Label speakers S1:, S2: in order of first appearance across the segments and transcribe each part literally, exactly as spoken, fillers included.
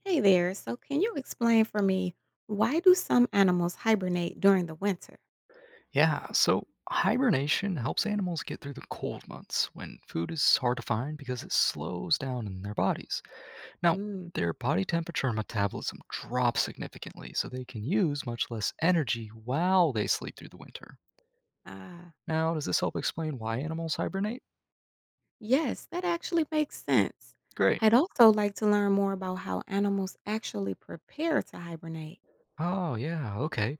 S1: Hey there. So, can you explain for me why do some animals hibernate during the winter?
S2: Yeah, so hibernation helps animals get through the cold months when food is hard to find because it slows down in their bodies. Now,
S1: Mm,
S2: their body temperature and metabolism drop significantly, so they can use much less energy while they sleep through the winter.
S1: ah,
S2: Now, does this help explain why animals hibernate?
S1: yes, that actually makes sense.
S2: Great.
S1: I'd also like to learn more about how animals actually prepare to hibernate.
S2: Oh, yeah, okay.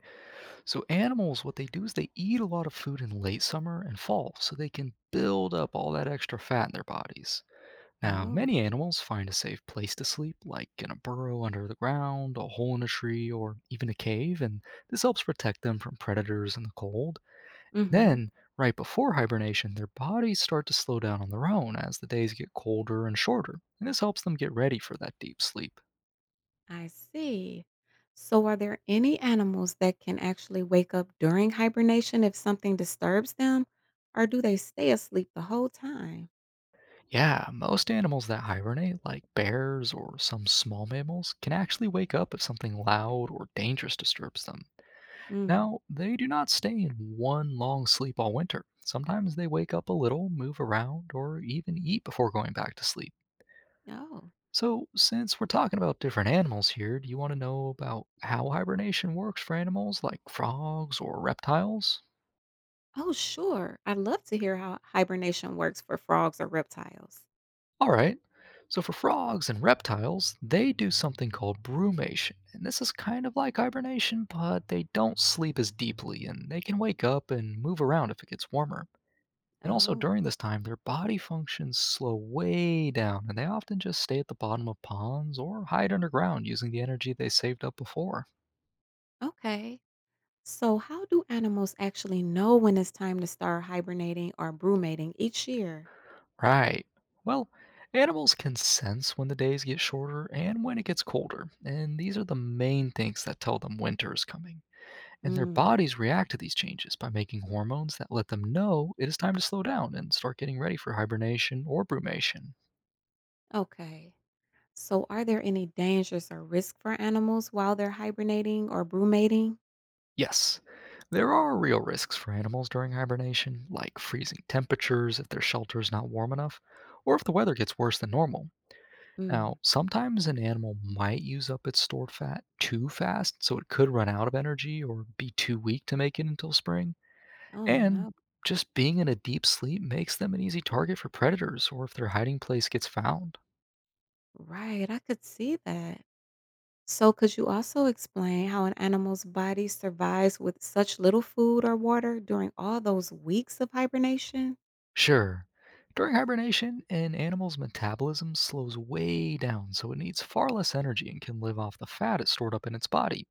S2: So, animals, what they do is they eat a lot of food in late summer and fall so they can build up all that extra fat in their bodies. Now,
S1: Oh,
S2: many animals find a safe place to sleep, like in a burrow under the ground, a hole in a tree, or even a cave, and this helps protect them from predators in the cold.
S1: mm-hmm.
S2: Then, right before hibernation, their bodies start to slow down on their own as the days get colder and shorter, and this helps them get ready for that deep sleep.
S1: I see. So, are there any animals that can actually wake up during hibernation if something disturbs them, or do they stay asleep the whole time?
S2: Yeah, most animals that hibernate, like bears or some small mammals, can actually wake up if something loud or dangerous disturbs them.
S1: Mm,
S2: Now, they do not stay in one long sleep all winter. Sometimes they wake up a little, move around, or even eat before going back to sleep.
S1: no.
S2: So, since we're talking about different animals here, do you want to know about how hibernation works for animals like frogs or reptiles?
S1: Oh, sure. I'd love to hear how hibernation works for frogs or reptiles.
S2: All right. So, for frogs and reptiles, they do something called brumation. And this is kind of like hibernation, but they don't sleep as deeply and they can wake up and move around if it gets warmer. And also
S1: Oh,
S2: during this time, their body functions slow way down, and they often just stay at the bottom of ponds or hide underground using the energy they saved up before.
S1: okay. So, how do animals actually know when it's time to start hibernating or brumating each year?
S2: Right. Well, animals can sense when the days get shorter and when it gets colder, and these are the main things that tell them winter is coming. And their
S1: Mm,
S2: bodies react to these changes by making hormones that let them know it is time to slow down and start getting ready for hibernation or brumation.
S1: okay. So, are there any dangers or risk for animals while they're hibernating or brumating?
S2: Yes, there are real risks for animals during hibernation, like freezing temperatures if their shelter is not warm enough, or if the weather gets worse than normal. Now,
S1: Mm,
S2: sometimes an animal might use up its stored fat too fast, so it could run out of energy or be too weak to make it until spring.
S1: oh,
S2: And
S1: no.
S2: just being in a deep sleep makes them an easy target for predators, or if their hiding place gets found.
S1: Right. I could see that. So, could you also explain how an animal's body survives with such little food or water during all those weeks of hibernation?
S2: Sure. During hibernation, an animal's metabolism slows way down, so it needs far less energy and can live off the fat it's stored up in its body.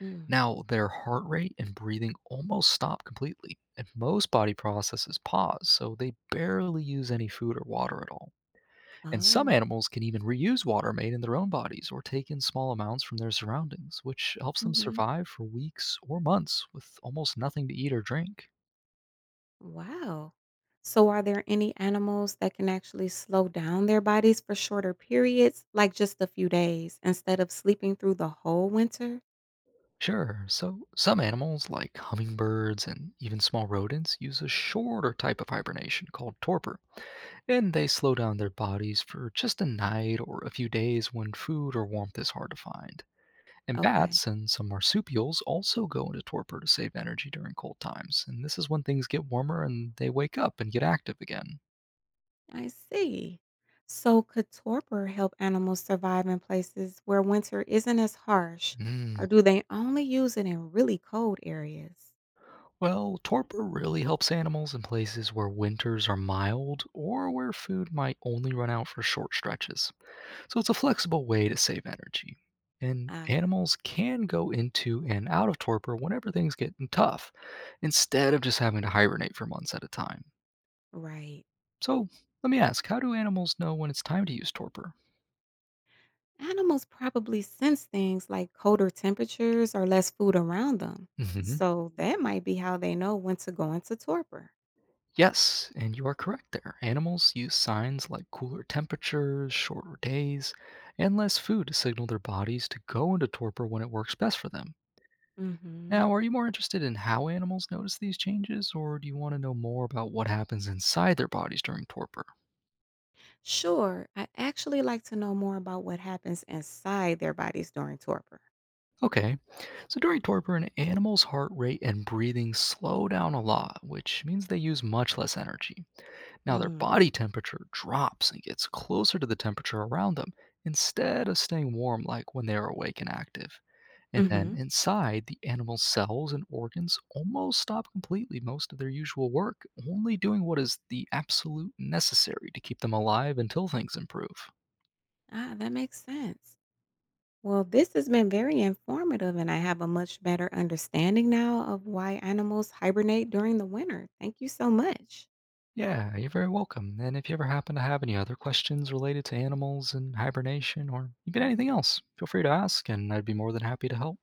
S1: Mm.
S2: Now, their heart rate and breathing almost stop completely, and most body processes pause, so they barely use any food or water at all. And some
S1: Oh,
S2: animals can even reuse water made in their own bodies or take in small amounts from their surroundings, which helps them
S1: hmm,
S2: survive for weeks or months with almost nothing to eat or drink.
S1: wow. So, are there any animals that can actually slow down their bodies for shorter periods, like just a few days, instead of sleeping through the whole winter?
S2: Sure. So some animals, like hummingbirds and even small rodents, use a shorter type of hibernation called torpor, and they slow down their bodies for just a night or a few days when food or warmth is hard to find. And
S1: Okay.
S2: bats and some marsupials also go into torpor to save energy during cold times, and this is when things get warmer and they wake up and get active again.
S1: I see. So, could torpor help animals survive in places where winter isn't as harsh,
S2: Mm.
S1: or do they only use it in really cold areas?
S2: Well, torpor really helps animals in places where winters are mild or where food might only run out for short stretches. So it's a flexible way to save energy. And
S1: Ah,
S2: animals can go into and out of torpor whenever things get tough, instead of just having to hibernate for months at a time.
S1: right.
S2: So let me ask, how do animals know when it's time to use torpor?
S1: Animals probably sense things like colder temperatures or less food around them.
S2: Hmm.
S1: So, that might be how they know when to go into torpor.
S2: Yes, and you are correct there. Animals use signs like cooler temperatures, shorter days, and less food to signal their bodies to go into torpor when it works best for them. Now,
S1: Hmm.
S2: are you more interested in how animals notice these changes, or do you want to know more about what happens inside their bodies during torpor?
S1: Sure, I actually like to know more about what happens inside their bodies during torpor.
S2: Okay, so during torpor, an animal's heart rate and breathing slow down a lot, which means they use much less energy. Now their
S1: Mm.
S2: body temperature drops and gets closer to the temperature around them instead of staying warm like when they are awake and active. And then
S1: Hmm.
S2: inside, the animal's cells and organs almost stop completely most of their usual work, only doing what is the absolute necessary to keep them alive until things improve.
S1: Ah, that makes sense. Well, this has been very informative, and I have a much better understanding now of why animals hibernate during the winter. Thank you so much.
S2: Yeah, you're very welcome. And if you ever happen to have any other questions related to animals and hibernation or even anything else, feel free to ask, and I'd be more than happy to help.